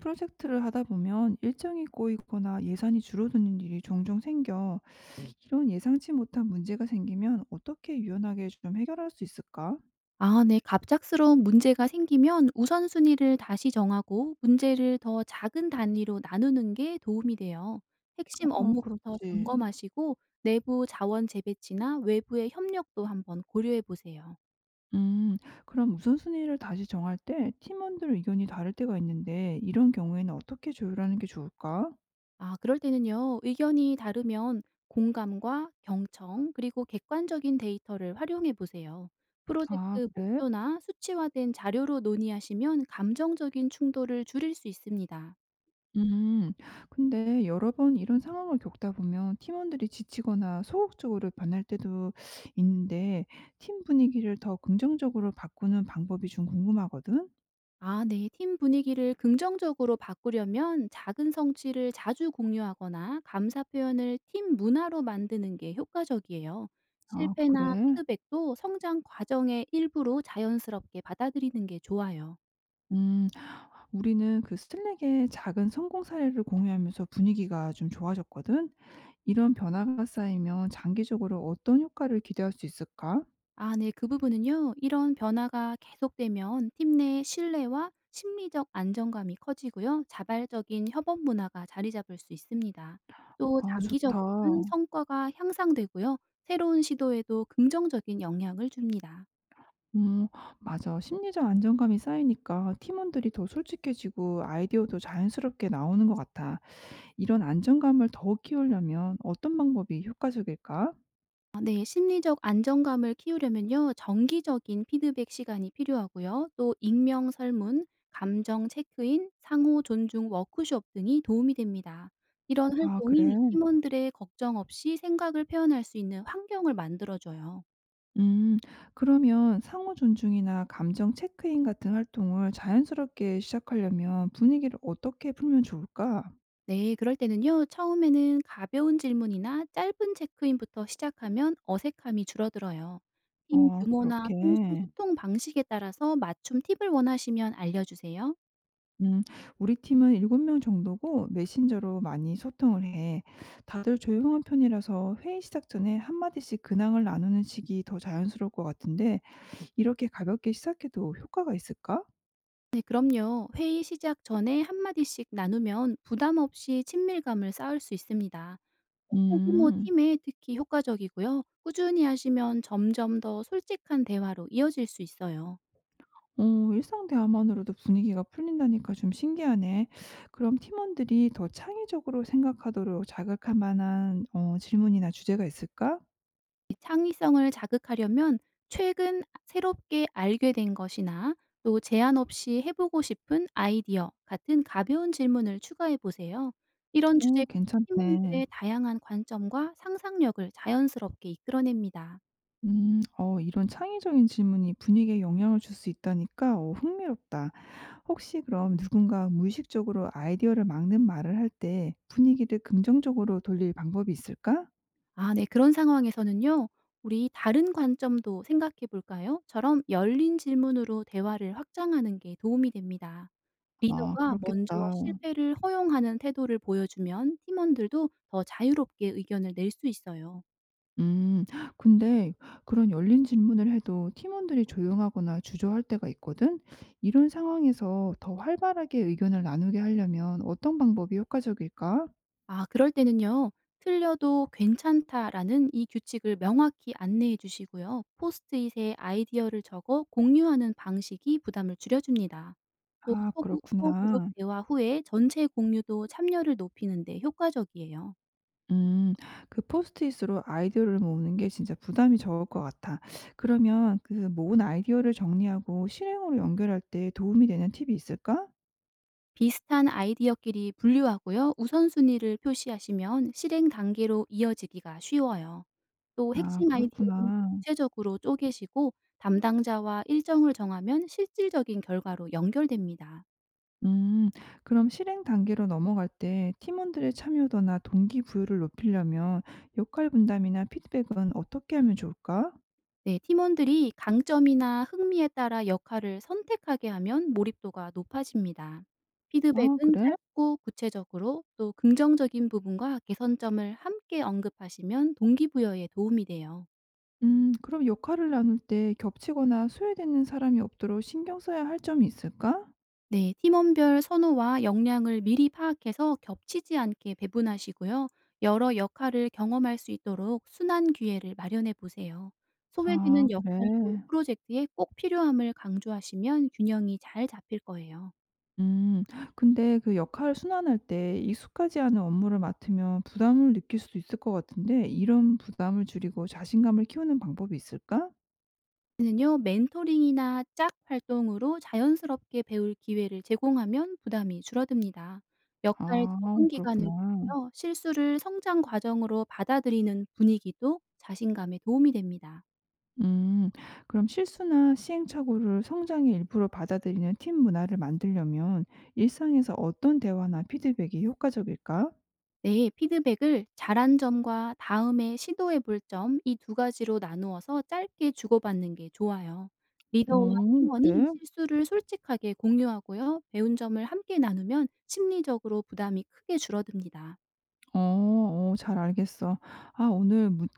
프로젝트를 하다 보면 일정이 꼬이거나 예산이 줄어드는 일이 종종 생겨. 이런 예상치 못한 문제가 생기면 어떻게 유연하게 좀 해결할 수 있을까? 아 네. 갑작스러운 문제가 생기면 우선순위를 다시 정하고 문제를 더 작은 단위로 나누는 게 도움이 돼요. 핵심 어, 업무부터 그렇지. 점검하시고 내부 자원 재배치나 외부의 협력도 한번 고려해 보세요. 음, 그럼 우선순위를 다시 정할 때 팀원들 의견이 다를 때가 있는데 이런 경우에는 어떻게 조율하는 게 좋을까? 아 그럴 때는요. 의견이 다르면 공감과 경청 그리고 객관적인 데이터를 활용해 보세요. 아, 프로젝트 그래? 목표나 수치화된 자료로 논의하시면 감정적인 충돌을 줄일 수 있습니다. 음. 근데 여러 번 이런 상황을 겪다 보면 팀원들이 지치거나 소극적으로 변할 때도 있는데 팀 분위기를 더 긍정적으로 바꾸는 방법이 좀 궁금하거든? 아, 네. 팀 분위기를 긍정적으로 바꾸려면 작은 성취를 자주 공유하거나 감사 표현을 팀 문화로 만드는 게 효과적이에요. 아, 그래? 실패나 피드백도 성장 과정의 일부로 자연스럽게 받아들이는 게 좋아요. 음. 우리는 그 슬랙의 작은 성공 사례를 공유하면서 분위기가 좀 좋아졌거든? 이런 변화가 쌓이면 장기적으로 어떤 효과를 기대할 수 있을까? 아 네. 그 부분은요. 이런 변화가 계속되면 팀 내 신뢰와 심리적 안정감이 커지고요. 자발적인 협업 문화가 자리 잡을 수 있습니다. 또 아, 좋다. 장기적으로는 성과가 향상되고요. 새로운 시도에도 긍정적인 영향을 줍니다. 음 맞아. 심리적 안정감이 쌓이니까 팀원들이 더 솔직해지고 아이디어도 자연스럽게 나오는 것 같아. 이런 안정감을 더 키우려면 어떤 방법이 효과적일까? 아 네. 심리적 안정감을 키우려면요. 정기적인 피드백 시간이 필요하고요. 또 익명 설문, 감정 체크인, 상호 존중 워크숍 등이 도움이 됩니다. 이런 어. 아, 그래. 활동이 팀원들의 걱정 없이 생각을 표현할 수 있는 환경을 만들어 줘요. 음, 그러면 상호 존중이나 감정 체크인 같은 활동을 자연스럽게 시작하려면 분위기를 어떻게 풀면 좋을까? 네. 그럴 때는요. 처음에는 가벼운 질문이나 짧은 체크인부터 시작하면 어색함이 줄어들어요. 팀 어, 규모나 그렇게. 평소 소통 방식에 따라서 맞춤 팁을 원하시면 알려 주세요. 음. 우리 팀은 7명 정도고 메신저로 많이 소통을 해. 다들 조용한 편이라서 회의 시작 전에 한마디씩 근황을 나누는 식이 더 자연스러울 것 같은데 이렇게 가볍게 시작해도 효과가 있을까? 네, 그럼요. 회의 시작 전에 한마디씩 나누면 부담 없이 친밀감을 쌓을 수 있습니다. 소규모 음. 팀에 특히 효과적이고요. 꾸준히 하시면 점점 더 솔직한 대화로 이어질 수 있어요. 일상 대화만으로도 분위기가 풀린다니까 좀 신기하네. 그럼 팀원들이 더 창의적으로 생각하도록 자극할 만한 질문이나 주제가 있을까? 창의성을 자극하려면 최근 새롭게 알게 된 것이나 또 제한 없이 해보고 싶은 아이디어 같은 가벼운 질문을 추가해 보세요. 이런 오, 주제 괜찮네. 팀원들의 다양한 관점과 상상력을 자연스럽게 이끌어냅니다. 음. 이런 창의적인 질문이 분위기에 영향을 줄 수 있다니까 흥미롭다. 혹시 그럼 누군가 무의식적으로 아이디어를 막는 말을 할 때 분위기를 긍정적으로 돌릴 방법이 있을까? 아 네. 그런 상황에서는요. "우리 다른 관점도 생각해 볼까요?"처럼 열린 질문으로 대화를 확장하는 게 도움이 됩니다. 아, 리더가 먼저 그렇겠다. 실패를 허용하는 태도를 보여주면 팀원들도 더 자유롭게 의견을 낼 수 있어요. 음. 근데 그런 열린 질문을 해도 팀원들이 조용하거나 주저할 때가 있거든. 이런 상황에서 더 활발하게 의견을 나누게 하려면 어떤 방법이 효과적일까? 아 그럴 때는요. "틀려도 괜찮다."라는 이 규칙을 명확히 안내해 주시고요. 포스트잇에 아이디어를 적어 공유하는 방식이 부담을 줄여줍니다. 또 아, 소그룹 그렇구나. 대화 후에 전체 공유도 참여를 높이는 데 효과적이에요. 음. 그 포스트잇으로 아이디어를 모으는 게 진짜 부담이 적을 것 같아. 그러면 그 모은 아이디어를 정리하고 실행으로 연결할 때 도움이 되는 팁이 있을까? 비슷한 아이디어끼리 분류하고요. 우선순위를 표시하시면 실행 단계로 이어지기가 쉬워요. 또 아, 핵심 아이디어를 그렇구나. 구체적으로 쪼개시고 담당자와 일정을 정하면 실질적인 결과로 연결됩니다. 음. 그럼 실행 단계로 넘어갈 때 팀원들의 참여도나 동기부여를 높이려면 역할 분담이나 피드백은 어떻게 하면 좋을까? 네, 팀원들이 강점이나 흥미에 따라 역할을 선택하게 하면 몰입도가 높아집니다. 아, 피드백은 그래? 짧고 구체적으로 또 긍정적인 부분과 개선점을 함께 언급하시면 동기부여에 도움이 돼요. 그럼 역할을 나눌 때 겹치거나 소외되는 사람이 없도록 신경 써야 할 점이 있을까? 네, 팀원별 선호와 역량을 미리 파악해서 겹치지 않게 배분하시고요. 여러 역할을 경험할 수 있도록 순환 기회를 마련해 보세요. 아, 소외되는 역할도 그래. 프로젝트에 꼭 필요함을 강조하시면 균형이 잘 잡힐 거예요. 음. 근데 그 역할을 순환할 때 익숙하지 않은 업무를 맡으면 부담을 느낄 수도 있을 것 같은데 이런 부담을 줄이고 자신감을 키우는 방법이 있을까? 는요. 멘토링이나 짝 활동으로 자연스럽게 배울 기회를 제공하면 부담이 줄어듭니다. 역할 아, 적응 기간을 그렇구나. 두고요. 실수를 성장 과정으로 받아들이는 분위기도 자신감에 도움이 됩니다. 음. 그럼 실수나 시행착오를 성장의 일부로 받아들이는 팀 문화를 만들려면 일상에서 어떤 대화나 피드백이 효과적일까? 네, 피드백을 잘한 점과 다음에 시도해 볼 점 이 두 가지로 나누어서 짧게 주고받는 게 좋아요. 리더와 오, 팀원이 그래? 실수를 솔직하게 공유하고요. 배운 점을 함께 나누면 심리적으로 부담이 크게 줄어듭니다. 어 잘 알겠어. 아, 오늘 문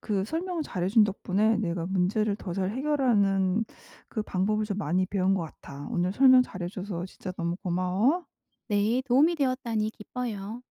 그 설명 잘해 준 덕분에 내가 문제를 더 잘 해결하는 그 방법을 좀 많이 배운 것 같아. 오늘 설명 잘해 줘서 진짜 너무 고마워. 네, 도움이 되었다니 기뻐요.